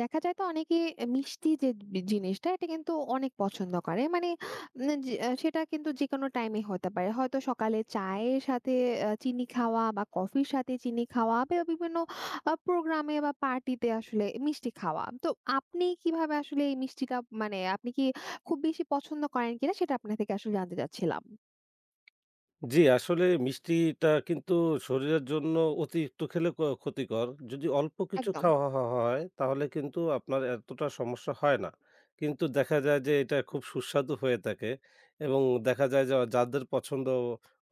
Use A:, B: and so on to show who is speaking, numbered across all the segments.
A: দেখা যায় তো অনেকে মিষ্টি যে জিনিসটা এটা কিন্তু অনেক পছন্দ করে মানে সেটা কিন্তু যে কোনো টাইমে হতে পারে, হয়তো সকালে চায়ের সাথে চিনি খাওয়া বা কফির সাথে চিনি খাওয়া বা বিভিন্ন প্রোগ্রামে বা পার্টিতে আসলে মিষ্টি খাওয়া তো। আপনি কিভাবে আসলে এই মিষ্টিটা মানে আপনি কি খুব বেশি পছন্দ করেন কিনা সেটা আপনার থেকে আসলে জানতে চাচ্ছিলাম।
B: জি, আসলে মিষ্টিটা কিন্তু শরীরের জন্য অতিরিক্ত খেলে ক্ষতিকর। যদি অল্প কিছু
A: একদম।
B: খাওয়া হয় তাহলে কিন্তু আপনার এতটা সমস্যা হয় না। কিন্তু দেখা যায় যে এটা খুব সুস্বাদু হয়ে থাকে এবং দেখা যায় যে যাদের পছন্দ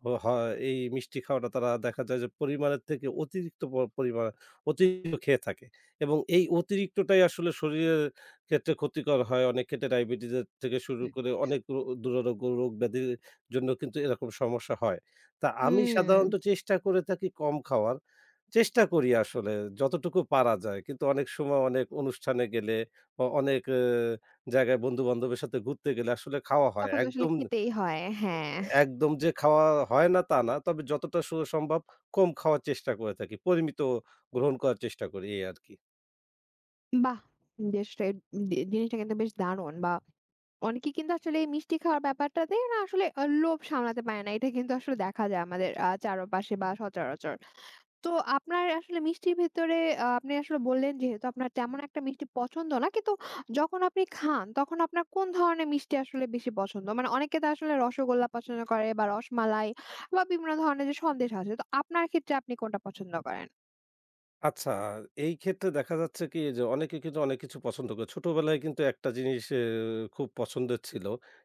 B: হয় এই মিষ্টি খাওয়াটা তারা দেখা যায় যে পরিমাণের থেকে অতিরিক্ত পরিমাণ অতিরিক্ত খেয়ে থাকে এবং এই অতিরিক্তটাই আসলে শরীরের ক্ষেত্রে ক্ষতিকর হয়। অনেক ক্ষেত্রে ডায়াবেটিসের থেকে শুরু করে অনেক দুরারোগ্য রোগ ব্যাধির জন্য কিন্তু এরকম সমস্যা হয়। তা আমি
A: হুম।
B: সাধারণত চেষ্টা করে থাকি কম খাওয়ার। চেষ্টা করি আসলে যতটুকু পারা যায়। কিন্তু অনেক সময় অনেক অনুষ্ঠানে গেলে অনেক জায়গায় বন্ধু-বান্ধবের সাথে ঘুরতে গেলে আসলে খাওয়া হয়।
A: তখন তো আসলে
B: একদম,
A: খেতেই হয়, হ্যাঁ।
B: একদম যে খাওয়া হয় না তা না। তবে যতটা সম্ভব কম খাওয়ার চেষ্টা করে থাকি। পরিমিত গ্রহণ করার চেষ্টা করি এই আরকি।
A: বাহ, বেশ জিনিসটা কিন্তু বেশ দারুণ বা অনেকে কিন্তু আসলে এই মিষ্টি খাওয়ার ব্যাপারটাতে না আসলে লোভ সামলাতে পারে না। এটা কিন্তু আসলে দেখা যায় আমাদের চারপাশে বা সচরাচর। তো আপনার আসলে মিষ্টির ভেতরে আপনি আসলে বললেন যেহেতু আপনার তেমন একটা মিষ্টি পছন্দ না। কিন্তু যখন আপনি খান তখন আপনার কোন ধরনের মিষ্টি আসলে বেশি পছন্দ? মানে অনেকে তো আসলে রসগোল্লা পছন্দ করে বা রসমালাই বা বিভিন্ন ধরনের যে সন্দেশ আছে। তো আপনার ক্ষেত্রে আপনি কোনটা পছন্দ করেন?
B: আচ্ছা, এই ক্ষেত্রে দেখা যাচ্ছে কি যে অনেকে কিন্তু অনেক কিছু পছন্দ করে। ছোটবেলায় কিন্তু একটা জিনিস খুব পছন্দের ছিল।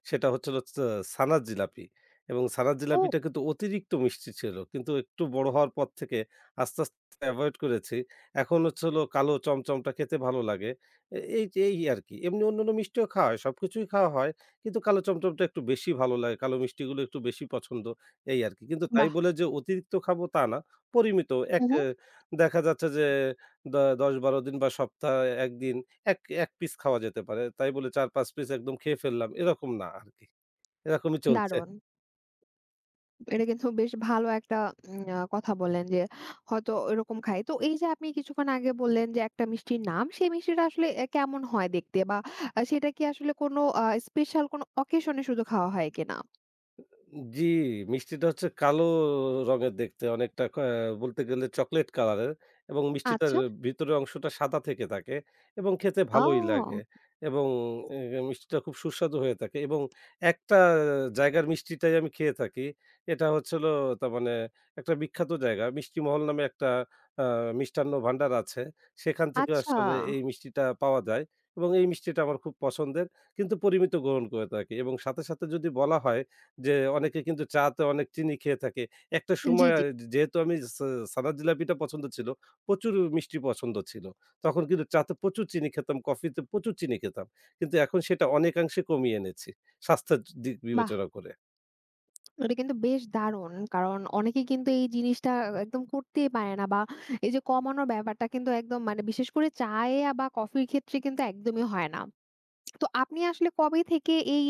B: সেটা হচ্ছে হলো ছানার জিলাপি এবং ছানার
A: ও।
B: জিলাপিটা কিন্তু অতিরিক্ত মিষ্টি ছিল। কিন্তু একটু বড় হওয়ার পর থেকে আস্তে, আস্তে এভয়েড করেছি। এখন হচ্ছে হলো কালো চমচমটা খেতে ভালো লাগে। এই যে এই আরকি। এমনি অন্যান্য মিষ্টিও খাওয়া হয়, সবকিছুই খাওয়া হয়। কিন্তু কালো চমচমটা একটু বেশি ভালো লাগে। কালো মিষ্টিগুলো একটু বেশি পছন্দ এই আরকি। কিন্তু তাই
A: বাহ!
B: বলে যে অতিরিক্ত খাবো তা না। পরিমিত এক
A: হু, হু।
B: দেখা যাচ্ছে যে দ ১০-১২ দিন বা সপ্তাহে ১ দিন এক, ১ পিস খাওয়া যেতে পারে। তাই বলে ৪-৫ পিস একদম খেয়ে ফেললাম, এরকম না আরকি। এরকমই চলছে।
A: দারুণ। এটা কিন্তু বেশ ভালো একটা কথা বললেন যে হয়তো এরকম খাই, তো এই যে আপনি কিছুক্ষণ আগে বললেন যে একটা মিষ্টির নাম, সেই মিষ্টিটা আসলে কেমন হয় দেখতে বা সেটা কি আসলে কোনো স্পেশাল কোনো অকেশনে শুধু খাওয়া হয় কিনা।
B: জি, মিষ্টিটা হচ্ছে কালো রঙের দেখতে অনেকটা বলতে গেলে চকোলেট কালারের এবং মিষ্টিটার
A: আচ্ছা।
B: ভিতরের অংশটা সাদা থেকে থাকে এবং খেতে
A: ও।
B: ভালোই লাগে এবং এ মিষ্টিটা খুব সুস্বাদু হয়ে থাকে এবং একটা জায়গার মিষ্টিটাই আমি খেয়ে থাকি। এটা হচ্ছে হলো তার মানে একটা বিখ্যাত জায়গা মিষ্টি মহল নামে একটা আ মিষ্টান্ন ভান্ডার আছে। সেখান থেকে
A: আচ্ছা।
B: আসলে এই মিষ্টিটা পাওয়া যায় এবং এই মিষ্টিটা আমার খুব পছন্দের। কিন্তু পরিমিত গ্রহণ করে থাকি এবং সাথে, সাথে যদি বলা হয় যে অনেকে কিন্তু চাতে অনেক চিনি খেয়ে থাকে। একটা
A: জি,
B: সময়
A: জি।
B: যেহেতু আমি সাদা জিলাপিটা পছন্দ ছিল, প্রচুর মিষ্টি পছন্দ ছিল। তখন কিন্তু চাতে প্রচুর চিনি খেতাম, কফিতে প্রচুর চিনি খেতাম। কিন্তু এখন সেটা অনেকাংশে কমিয়ে এনেছি স্বাস্থ্যের দিক
A: বাহ,
B: বিবেচনা করে।
A: এটা কিন্তু বেশ দারুণ কারণ অনেকে কিন্তু এই জিনিসটা একদম করতেই পারে না, বা এই যে কমানোর ব্যাপারটা কিন্তু একদম মানে বিশেষ করে চায়ে বা কফির ক্ষেত্রে কিন্তু একদমই হয় না। তো আপনি আসলে কবে থেকে এই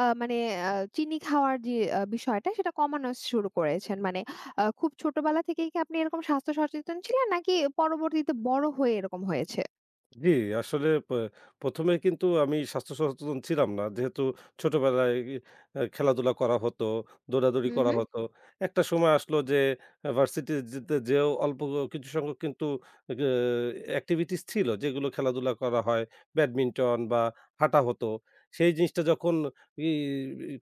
A: মানে আ চিনি খাওয়ার যে বিষয়টা সেটা কমানো শুরু করেছেন? মানে খুব ছোটবেলা থেকেই কি আপনি এরকম স্বাস্থ্য সচেতন ছিলেন? নাকি পরবর্তীতে বড় হয়ে এরকম হয়েছে?
B: জি, আসলে ১ম এ কিন্তু আমি স্বাস্থ্য সচেতন ছিলাম না। যেহেতু ছোটবেলায় খেলাধুলা করা হতো, দৌড়াদৌড়ি
A: হুম,
B: করা
A: হুম।
B: হতো। একটা সময় আসলো যে ভার্সিটি যেতে যেয়েও অল্প কিছু সংখ্যক কিন্তু গে activities ছিল যেগুলো খেলাধুলা করা হয়। ব্যাডমিন্টন বা হাঁটা হতো। সেই জিনিসটা যখন ই ই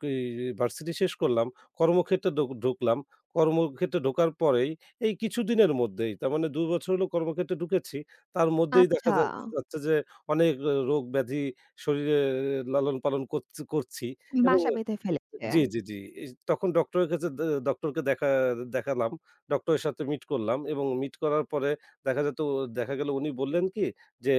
B: ভার্সিটি শেষ করলাম, কর্মক্ষেত্রে ঢুকলাম। কর্মক্ষেত্রে ঢোকার পরেই এই কিছুদিনের মধ্যেই তার মানে ২ বছর হলো কর্মক্ষেত্রে ঢুকেছি। তার মধ্যেই দেখা
A: আচ্ছা।
B: যাচ্ছে যে অনেক রোগ ব্যাধি শরীরে লালন পালন করছি এবং
A: বাসা বেঁধে ফেলেছে।
B: জি, জি, জি। এ তখন ডক্টরের কাছে দে ডক্টরকে দেখালাম। ডক্টরের সাথে মিট করলাম এবং মিট করার পরে দেখা যেত দেখা গেল উনি বললেন কি যে,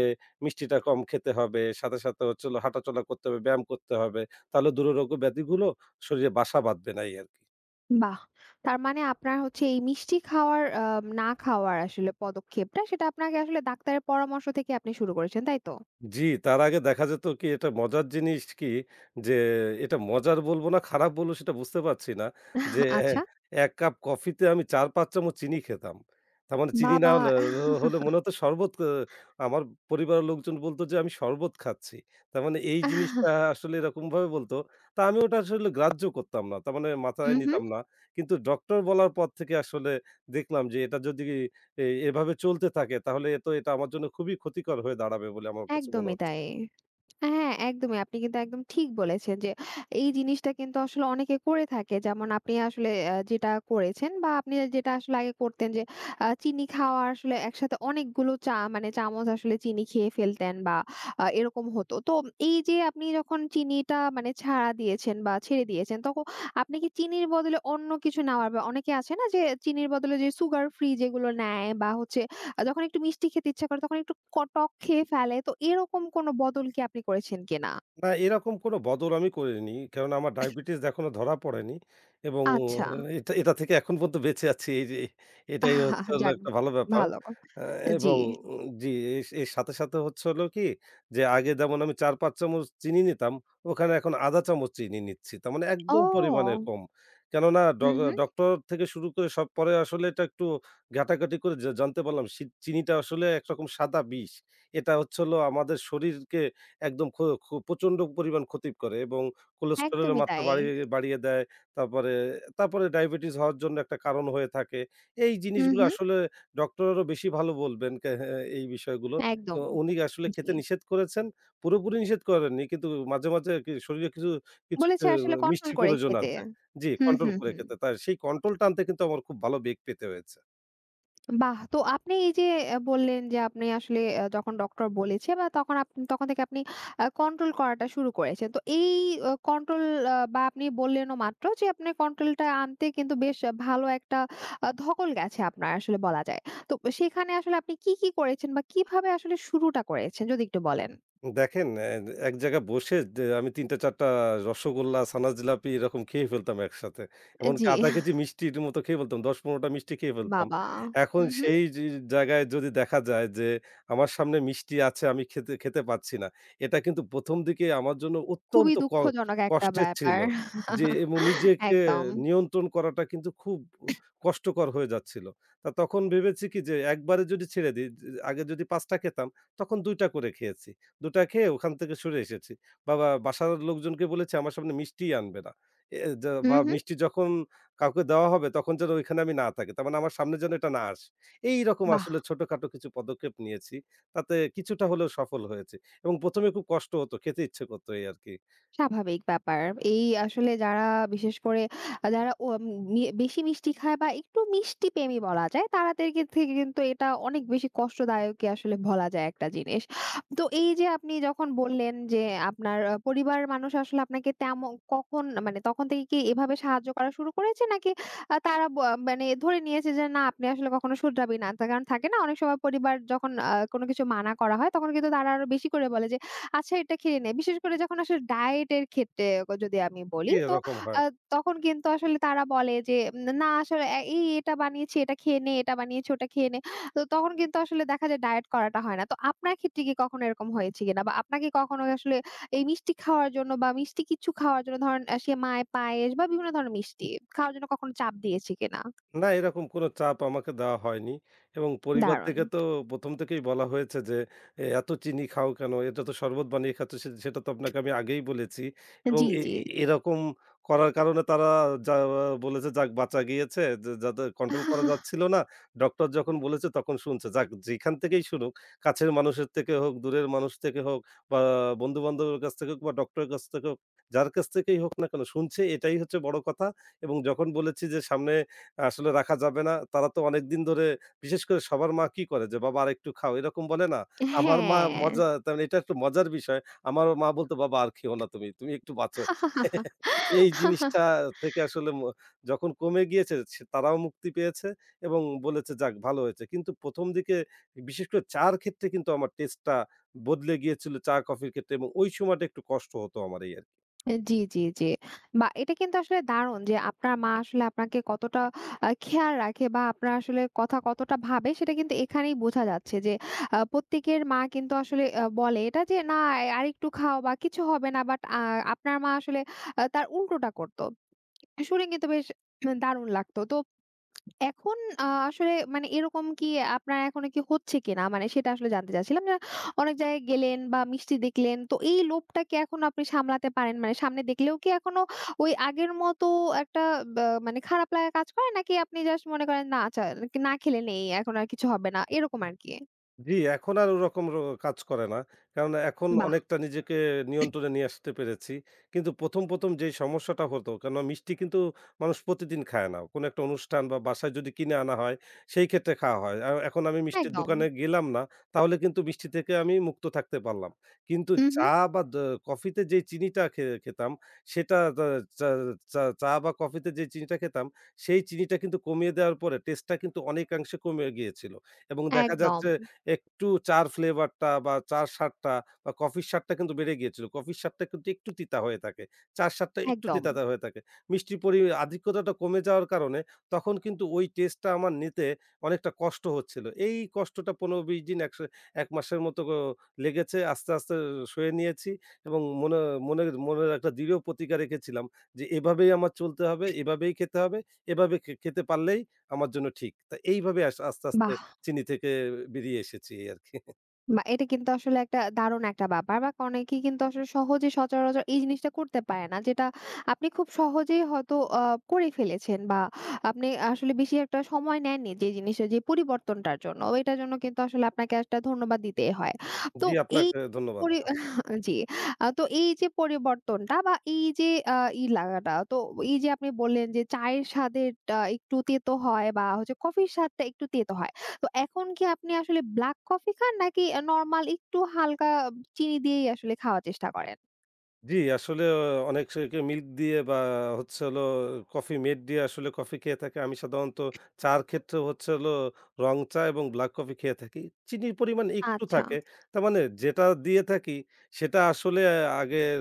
B: "মিষ্টিটা কম খেতে হবে, সাথে, সাথে হচ্ছে হলো হাঁটাচলা করতে হবে, ব্যায়াম করতে হবে। তাহলে দুরারোগ্য ব্যাধিগুলো শরীরে বাসা বাঁধবে না" এই আরকি।
A: বাহ! তার মানে আপনার হচ্ছে এই মিষ্টি খাওয়ার না খাওয়ার আসলে পদক্ষেপটা সেটা আপনাকে আসলে ডাক্তারের পরামর্শ থেকে আপনি শুরু করেছেন, তাই তো?
B: জি, তার আগে দেখা যেত কি এটা মজার জিনিস কি যে এটা মজার বলব না, খারাপ বলব সেটা বুঝতে পারছি না। যে এ
A: আচ্ছা।
B: ১ কাপ কফিতে আমি ৪-৫ চামচ চিনি খেতাম। তার মানে চিনি না
A: বাবা!
B: হলে হলে মনে হতো শরবত আমার পরিবারের লোকজন বলত যে আমি শরবত খাচ্ছি। তার মানে এই জিনিসটা আসলে এরকমভাবে বলতো। তা আমি ওটা আসলে গ্রাহ্য করতাম না। তার মানে মাথায়
A: হুম, হুম।
B: নিতাম না। কিন্তু ডক্টর বলার পর থেকে আসলে দেখলাম যে এটা যদি এভাবে চলতে থাকে তাহলে তো এটা আমার জন্য খুবই ক্ষতিকর হয়ে দাঁড়াবে বলে আমার কাছে মনে
A: একদমই
B: হচ্ছে।
A: তাই। হ্যাঁ, একদমই। আপনি কিন্তু একদম ঠিক বলেছেন যে এই জিনিসটা কিন্তু আসলে অনেকে করে থাকে। যেমন আপনি আসলে যেটা করেছেন বা আপনি যেটা আসলে আগে করতেন যে চিনি খাওয়া আসলে একসাথে অনেকগুলো চা মানে চামচ আসলে চিনি খেয়ে ফেলতেন বা এরকম হতো। তো এই যে আপনি যখন চিনিটা মানে ছাড়া দিয়েছেন বা ছেড়ে দিয়েছেন, তখন আপনি কি চিনির বদলে অন্য কিছু নেওয়ার বা অনেকে আছে না যে চিনির বদলে যে সুগার ফ্রি যেগুলো নেয় বা হচ্ছে যখন একটু মিষ্টি খেতে ইচ্ছা করে তখন একটু টক খেয়ে ফেলে। তো এরকম কোনো বদল কি আপনি করেছেন কিনা?
B: না, এরকম কোনো বদল আমি করিনি। কেননা আমার ডায়াবেটিস এখনো ধরা পড়েনি। এবং
A: আচ্ছা।
B: এটা এটা থেকে এখন পর্যন্ত বেঁচে আছি। এই যে এটাই
A: আহা,
B: হচ্ছে হলো
A: যাক,
B: একটা ভালো ব্যাপার।
A: ভালো কথা।
B: আ
A: জি।
B: এবং জি, এর সাথে, সাথে হচ্ছে হলো কি যে আগে যেমন আমি ৪-৫ চামচ চিনি নিতাম, ওখানে এখন ০.৫ চামচ চিনি নিচ্ছি। তার মানে একদম পরিমাণে
A: ও!
B: কম। কেননা
A: হুম, হুম।
B: ডক্টর থেকে শুরু করে সব পরে আসলে এটা একটু ঘাটাঘাটি করে জানতে পারলাম চিনিটা আসলে একরকম সাদা বিষ। এটা হচ্ছে হলো আমাদের শরীরকে একদম খু খু প্রচণ্ড পরিমাণ ক্ষতি করে এবং কোলেস্টেরলের
A: একদমই
B: মাত্রা
A: তাই।
B: বাড়িয়ে বাড়িয়ে দেয়। তারপরে তারপরে ডায়াবেটিস হওয়ার জন্য একটা কারণ হয়ে থাকে। এই
A: হুম,
B: জিনিসগুলো
A: হুম।
B: আসলে ডক্টরেরও বেশি ভালো বলবেন কে হ্যাঁ, এই বিষয়গুলো। তো
A: একদম।
B: উনি আসলে
A: জি।
B: খেতে নিষেধ করেছেন। পুরোপুরি নিষেধ করেননি। কিন্তু মাঝে, মাঝে কি শরীরে কিছু
A: বলেছে আসলে কন্ট্রোল
B: মিষ্টির
A: করে
B: প্রয়োজন
A: খেতে।
B: আছে। জি,
A: হুম,
B: কন্ট্রোল
A: হুম,
B: করে
A: হুম।
B: খেতে। তাই সেই কন্ট্রোলটা আনতে কিন্তু আমার খুব ভালো বেগ পেতে হয়েছে।
A: বাহ! তো আপনি এই যে বললেন যে আপনি আসলে যখন ডক্টর বলেছে বা তখন তখন থেকে আপনি কন্ট্রোল করাটা শুরু করেছেন। তো এই কন্ট্রোল বা আপনি বললেনও মাত্র যে আপনি কন্ট্রোলটা আনতে কিন্তু বেশ ভালো একটা ধকল গেছে আপনার আসলে বলা যায়। তো সেখানে আসলে আপনি কি, কি করেছেন বা কিভাবে আসলে শুরুটা করেছেন যদি একটু বলেন?
B: দেখেন এক জায়গায় বসে যে আমি ৩ টা ৪ টা রসগোল্লা, ছানা জিলাপি এরকম খেয়ে ফেলতাম একসাথে। এমনকি
A: জি,
B: ০.৫ কেজি মিষ্টির মতো খেয়ে ফেলতাম। ১০-১৫ টা মিষ্টি খেয়ে ফেলতাম।
A: বাবা!
B: এখন
A: হুম, হুম।
B: সেই জায়গায় যদি দেখা যায় যে আমার সামনে মিষ্টি আছে আমি খেতে খেতে পাচ্ছি না। এটা কিন্তু ১ম দিকে আমার জন্য
A: খুবই
B: অত্যন্ত
A: দুঃখজনক একটা
B: কষ্টের ছিল।
A: ব্যাপার।
B: যে এবং নিজেকে
A: একদম।
B: নিয়ন্ত্রণ করাটা কিন্তু খুব কষ্টকর হয়ে যাচ্ছিল। তা তখন ভেবেছি কি যে একবারে যদি ছেড়ে দেই, যে আগে যদি ৫ টা খেতাম তখন ২ টা করে খেয়েছি। ২ টা খেয়ে ওখান থেকে সরে এসেছি। বাসার লোকজনকে বলেছি আমার সামনে মিষ্টিই আনবে না। এ যা
A: হুম,
B: বা
A: হুম।
B: মিষ্টি যখন কাউকে দেওয়া হবে তখন যেন ওইখানে আমি না থাকি। তার মানে আমার সামনে যেন এটা না আসে। এইরকম
A: বাহ!
B: আসলে ছোটখাটো কিছু পদক্ষেপ নিয়েছি। তাতে কিছুটা হলেও সফল হয়েছি এবং ১ম এ খুব কষ্ট হতো, খেতে ইচ্ছে করত এই আরকি।
A: স্বাভাবিক ব্যাপার। এই আসলে যারা বিশেষ করে যারা ওম মি বেশি মিষ্টি খায় বা একটু মিষ্টি প্রেমী বলা যায়, তারাদেরকে থেকে কিন্তু এটা অনেক বেশি কষ্টদায়কই আসলে বলা যায় একটা জিনিস। তো এই যে আপনি যখন বললেন যে আপনার পরিবারের মানুষ আসলে আপনাকে তেমন কখন মানে তখন থেকে কি এভাবে সাহায্য করা শুরু করেছে? নাকি তারা মানে ধরে নিয়েছে যে না আপনি আসলে কখনো শুধরাবেন না? তার কারণ থাকে না অনেক সময় পরিবার যখন কোনো কিছু মানা করা হয় তখন কিন্তু তারা আরো বেশি করে বলে যে আচ্ছা এটা খেয়ে নেয়। বিশেষ করে যখন আসলে ডায়েট এর ক্ষেত্রে যদি আমি বলি তো
B: এরকম হয়।
A: আ তখন কিন্তু আসলে তারা বলে যে না আসলে এই এটা বানিয়েছি এটা খেয়ে নে, এটা বানিয়েছি ওটা খেয়ে নে। তো তখন কিন্তু আসলে দেখা যায় ডায়েট করাটা হয় না। তো আপনার ক্ষেত্রে কি কখনো এরকম হয়েছে কিনা? বা আপনাকে কখনো আসলে এই মিষ্টি খাওয়ার জন্য বা মিষ্টি কিছু খাওয়ার জন্য ধরেন সেমাই, পায়েস বা বিভিন্ন ধরনের মিষ্টি খাওয়ার জন্য কখনো চাপ দিয়েছে কিনা?
B: না, এরকম কোনো চাপ আমাকে দেওয়া হয়নি এবং পরিবার
A: দারুণ।
B: থেকে তো ১ম থেকেই বলা হয়েছে যে, এত চিনি খাও কেন? এটা তো শরবত বানিয়ে খাচ্ছ সেটা তো আপনাকে আমি আগেই বলেছি" এবং
A: জি,
B: এ
A: জি।
B: এ এরকম করার কারণে তারা যা বলেছে, "যাক বাঁচা গিয়েছে।" যে যাদের কন্ট্রোল করা যাচ্ছিল না, ডক্টর যখন বলেছে তখন শুনছে। যাক যেখান থেকেই শুনুক, কাছের মানুষের থেকে হোক, দূরের মানুষ থেকে হোক বা বন্ধু-বান্ধবের কাছ থেকে হোক বা ডক্টরের কাছ থেকে হোক, যার কাছ থেকেই হোক না কেন শুনছে এটাই হচ্ছে বড় কথা এবং যখন বলেছি যে সামনে আসলে রাখা যাবে না। তারা তো অনেকদিন ধরে বিশেষ করে সবার মা কি করে যে, "বাবা আরেকটু খাও।" এরকম বলে না? আমার মা
A: হ্যাঁ।
B: মজা তেমন এটা একটু মজার বিষয়। আমার মা বলতো, "বাবা আর খেও না তুমি। তুমি একটু বাঁচো।" এই জিনিসটা থেকে আসলে যখন কমে গিয়েছে সে তারাও মুক্তি পেয়েছে এবং বলেছে, "যাক ভালো হয়েছে।" কিন্তু ১ম দিকে বিশেষ করে চা'র ক্ষেত্রে কিন্তু আমার টেস্টটা বদলে গিয়েছিল চা, কফির ক্ষেত্রে এবং ওই সময়টা একটু কষ্ট হতো আমার এই আরকি।
A: জি, জি, জি। বা এটা কিন্তু আসলে দারুণ যে আপনার মা আসলে আপনাকে কতটা খেয়াল রাখে বা আপনার আসলে কথা কতটা ভাবে সেটা কিন্তু এখানেই বোঝা যাচ্ছে যে প্রত্যেকের মা কিন্তু আসলে বলে এটা যে, "না আরেকটু খাও বা কিছু হবে না।" বাট আপনার মা আসলে তার উল্টোটা করত। শুনে কিন্তু বেশ দারুণ লাগতো। তো এখন আসলে মানে এরকম কি আপনার এখনো কি হচ্ছে কিনা? মানে সেটা আসলে জানতে চাচ্ছিলাম যে অনেক জায়গায় গেলেন বা মিষ্টি দেখলেন, তো এই লোভটা কি এখন আপনি সামলাতে পারেন? মানে সামনে দেখলেও কি এখনো ওই আগের মতো একটা বা মানে খারাপ লাগা কাজ করে? নাকি আপনি জাস্ট মনে করেন না আচ্ছা না খেলে নেই, এখন আর কিছু হবে না, এরকম আরকি?
B: জি, এখন আর ওরকম কাজ করে না। কারণ এখন
A: বাহ!
B: অনেকটা নিজেকে নিয়ন্ত্রণে নিয়ে আসতে পেরেছি। কিন্তু ১ম যেই সমস্যাটা হতো, কেননা মিষ্টি কিন্তু মানুষ প্রতিদিন খায় না। কোনো একটা অনুষ্ঠান বা বাসায় যদি কিনে আনা হয়, সেই ক্ষেত্রে খাওয়া হয়। আর এখন আমি মিষ্টির
A: একদম।
B: দোকানে গেলাম না, তাহলে কিন্তু মিষ্টি থেকে আমি মুক্ত থাকতে পারলাম। কিন্তু
A: উহু,
B: চা বা কফিতে যেই চিনিটা খেতাম, সেটা দা চা চা চা বা কফিতে যে চিনিটা খেতাম, সেই চিনিটা কিন্তু কমিয়ে দেওয়ার পরে টেস্টটা কিন্তু অনেকাংশে কমে গিয়েছিল। এবং দেখা
A: একদম,
B: যাচ্ছে একটু চা'র ফ্লেভারটা বা চা'র স্বাদটা বা কফির স্বাদটা কিন্তু বেড়ে গিয়েছিল। কফির স্বাদটা কিন্তু একটু তিতা হয়ে থাকে। চা'র স্বাদটা একটু
A: একদম।
B: তিতা হয়ে থাকে। মিষ্টির আধিক্যতাটা কমে যাওয়ার কারণে তখন কিন্তু ওই টেস্টটা আমার নিতে অনেকটা কষ্ট হচ্ছিল। এই কষ্টটা ১৫-২০ দিন ১ মাসের মতো লেগেছে। আস্তে, আস্তে সয়ে নিয়েছি এবং মনের মনের একটা দৃঢ় প্রতিজ্ঞা রেখেছিলাম যে এভাবেই আমার চলতে হবে, এভাবেই খেতে হবে, এভাবে খেতে পারলেই আমার জন্য ঠিক। তা এইভাবে আস্তে, আস্তে
A: বাহ!
B: চিনি থেকে বেরিয়ে এসেছি আরকি।
A: বা এটা কিন্তু আসলে একটা দারুণ একটা ব্যাপার বা অনেকেই কিন্তু আসলে সহজে সচরাচর এই জিনিসটা করতে পারে না যেটা আপনি খুব সহজেই হয়তো করে ফেলেছেন বা আপনি আসলে বেশি একটা সময় নেননি যে জিনিসটা যে পরিবর্তনটার জন্য এটার জন্য কিন্তু আসলে আপনাকে একটা ধন্যবাদ দিতে হয়। তো
B: জি,
A: এই
B: আপনাকে ধন্যবাদ।
A: পরি জি। তো এই যে পরিবর্তনটা বা এই যে আহ, ই লাগাটা তো এই যে আপনি বললেন যে চায়ের স্বাদের একটু তেতো হয় বা হচ্ছে কফির স্বাদটা একটু তেতো হয়। তো এখন কি আপনি আসলে ব্লাক কফি খান নাকি নরমাল একটু হালকা চিনি দিয়েই আসলে খাওয়ার চেষ্টা করেন?
B: জি, আসলে অনেক মিল্ক দিয়ে বা হচ্ছে হলো কফি মেড দিয়ে আসলে কফি খেয়ে থাকে। আমি সাধারণত চা'র ক্ষেত্রে হচ্ছে হলো রং চা এবং ব্লাক কফি খেয়ে থাকি। চিনির পরিমাণ একটু
A: আচ্ছা,
B: থাকে। তার মানে যেটা দিয়ে থাকি সেটা আসলে আগের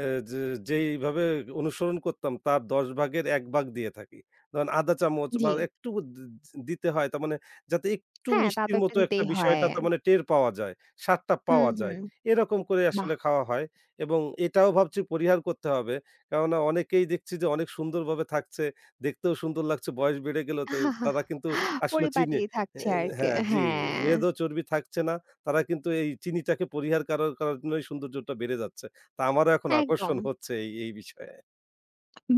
B: এ যে যেইভাবে অনুসরণ করতাম তার ১০ ভাগের ১ ভাগ দিয়ে থাকি। ধরেন ১/২ চামচ বা
A: জি।
B: একটু দি দিতে হয় তার মানে যাতে একটু
A: হ্যাঁ, তা তো
B: মিষ্টির
A: একটু
B: মতো একটা
A: দিতেই হয়।
B: বিষয়টা তার মানে টের পাওয়া যায়, স্বাদটা
A: হুম,
B: পাওয়া যায়।
A: হুম।
B: এরকম করে
A: বাহ!
B: আসলে খাওয়া হয়। এবং এটাও ভাবছি পরিহার করতে হবে। কেননা অনেকেই দেখছি যে অনেক সুন্দরভাবে থাকছে, দেখতেও সুন্দর লাগছে, বয়স বেড়ে গেল তো তারা কিন্তু আসলে
A: পরিপাটি
B: চিনি এ
A: থাকছে আরকি।
B: হ্যাঁ, জি,
A: হ্যাঁ,
B: মেদও চর্বি থাকছে না। তারা কিন্তু এই চিনিটাকে পরিহার করার কারণেই সৌন্দর্যটা বেড়ে যাচ্ছে। তা আমারও এখন আকর্ষণ
A: একদম।
B: হচ্ছে এই বিষয়ে।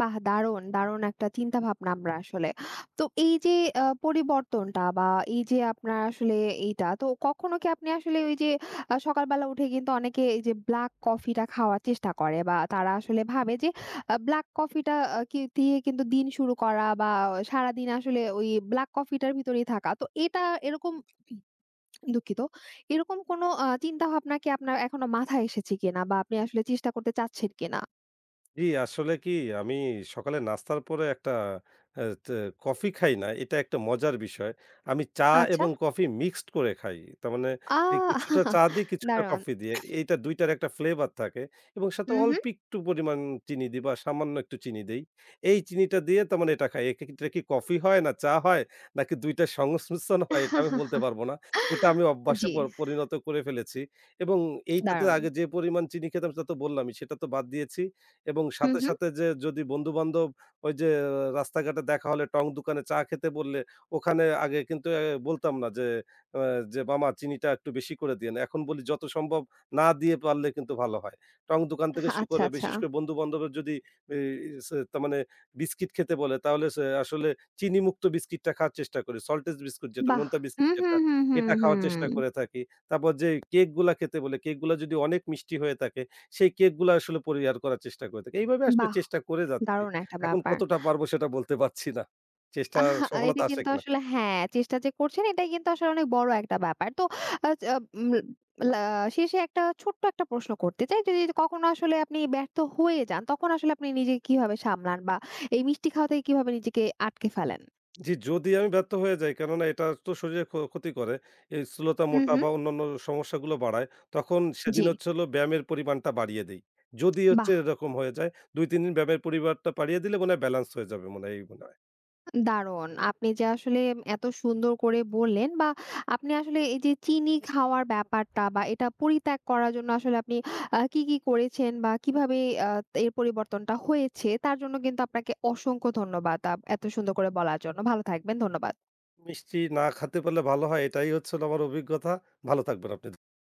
A: বাহ! দারুণ, দারুণ একটা চিন্তা ভাবনা আমরা আসলে। তো এই যে পরিবর্তনটা বা এই যে আপনার আসলে এইটা, তো কখনো কি আপনি আসলে ওই যে সকালবেলা উঠে কিন্তু অনেকে এই যে ব্লাক কফিটা খাওয়ার চেষ্টা করে বা তারা আসলে ভাবে যে ব্লাক কফিটা কি দিয়ে কিন্তু দিন শুরু করা বা সারাদিন আসলে ওই ব্লাক কফিটার ভিতরেই থাকা। তো এটা এরকম দুঃখিত। এরকম কোনো চিন্তাভাবনা কি আপনার এখনো মাথায় এসেছে কিনা বা আপনি আসলে চেষ্টা করতে চাচ্ছেন কিনা?
B: জি, আসলে কি আমি সকালে নাস্তার পরে একটা আ তে কফি খাই না। এটা একটা মজার বিষয়। আমি চা
A: আচ্ছা।
B: এবং কফি মিক্সড করে খাই। তার মানে
A: আ
B: যে কিছুটা চা দিই, কিছুটা
A: দারুণ।
B: কফি দিই। এইটা ২ টার একটা ফ্লেভার থাকে এবং সাথে
A: হুম, হুম।
B: অল্প একটু পরিমাণ চিনি দিই বা সামান্য একটু চিনি দেই। এই চিনিটা দিয়ে তার মানে এটা খাই। এটা কি কফি হয় না চা হয় নাকি ২ টার সংমিশ্রণ হয় এটা আমি বলতে পারব না। এটা আমি অভ্যাসে
A: জি,
B: পরিণত করে ফেলেছি এবং এইটাতে
A: দারুণ।
B: আগে যে পরিমাণ চিনি খেতাম সেটা তো বললামই সেটা তো বাদ দিয়েছি। এবং
A: হুম,
B: সাথে,
A: হুম।
B: সাথে যে যদি বন্ধু-বান্ধব ওই যে রাস্তাঘাটে দেখা হলে টং দোকানে চা খেতে বললে ওখানে আগে কিন্তু বলতাম না যে, আ যে মামা চিনিটা একটু বেশি করে দিয়েন। এখন বলি যত সম্ভব না দিয়ে পারলে কিন্তু ভালো হয়। টং দোকান থেকে শুরু
A: আচ্ছা,
B: করে
A: আচ্ছা।
B: বিশেষ করে বন্ধু-বান্ধবের যদি এই সে তার মানে বিস্কিট খেতে বলে তাহলে সে আসলে চিনিমুক্ত বিস্কিটটা খাওয়ার চেষ্টা করি। সল্টেজ বিস্কুট যেটা,
A: বাহ!
B: নোনতা বিস্কিট
A: হুম,
B: যেটা
A: হুম, হুম, হুম,
B: এটা খাওয়ার
A: হুম।
B: চেষ্টা করে থাকি। তারপর যে কেকগুলা খেতে বলে, কেকগুলা যদি অনেক মিষ্টি হয়ে থাকে সেই কেকগুলা আসলে পরিহার করার চেষ্টা করে থাকি। এইভাবে আসলে
A: বাহ!
B: চেষ্টা করে যাচ্ছি।
A: দারুণ একটা
B: এখন
A: ব্যাপার।
B: কতটা পারবো সেটা বলতে পারছি না। চেষ্টার
A: আহ!
B: সফলতা
A: এটা
B: আসে
A: কিন্তু
B: কিনা?
A: আসলে হ্যাঁ, চেষ্টা যে করছেন এটাই কিন্তু আসলে অনেক বড় একটা ব্যাপার। তো আচ আ চা উম লা শেষে একটা ছোট্ট একটা প্রশ্ন করতে চাই। যদি কখনো আসলে আপনি ব্যর্থ হয়ে যান, তখন আসলে আপনি নিজেকে কিভাবে সামলান বা এই মিষ্টি খাওয়া থেকে কিভাবে নিজেকে আটকে ফেলেন?
B: জি, যদি আমি ব্যর্থ হয়ে যাই কেননা এটা তো শরীরে ক্ষতি করে। এই স্থূলতা,
A: হুম,
B: মোটা
A: হুম।
B: বা অন্যান্য সমস্যাগুলো বাড়ায়। তখন সেদিন
A: জি।
B: হচ্ছে হলো ব্যায়ামের পরিমাণটা বাড়িয়ে দেই। যদি হচ্ছে
A: বাহ!
B: এরকম হয়ে যায় ২-৩ দিন ব্যায়ামের পরিমাণটা বাড়িয়ে দিলে মনে হয় ব্যালেন্স হয়ে যাবে মনে হয়, এই মনে হয়।
A: দারুণ! আপনি যে আসলে এত সুন্দর করে বললেন বা আপনি আসলে এই যে চিনি খাওয়ার ব্যাপারটা বা এটা পরিত্যাগ করার জন্য আসলে আপনি কি, কি করেছেন বা কিভাবে আ এর পরিবর্তনটা হয়েছে তার জন্য কিন্তু আপনাকে অসংখ্য ধন্যবাদ এত সুন্দর করে বলার জন্য। ভালো থাকবেন। ধন্যবাদ।
B: মিষ্টি না খেতে পারলে ভালো হয় এটাই হচ্ছে হলো আমার অভিজ্ঞতা। ভালো থাকবেন আপনি।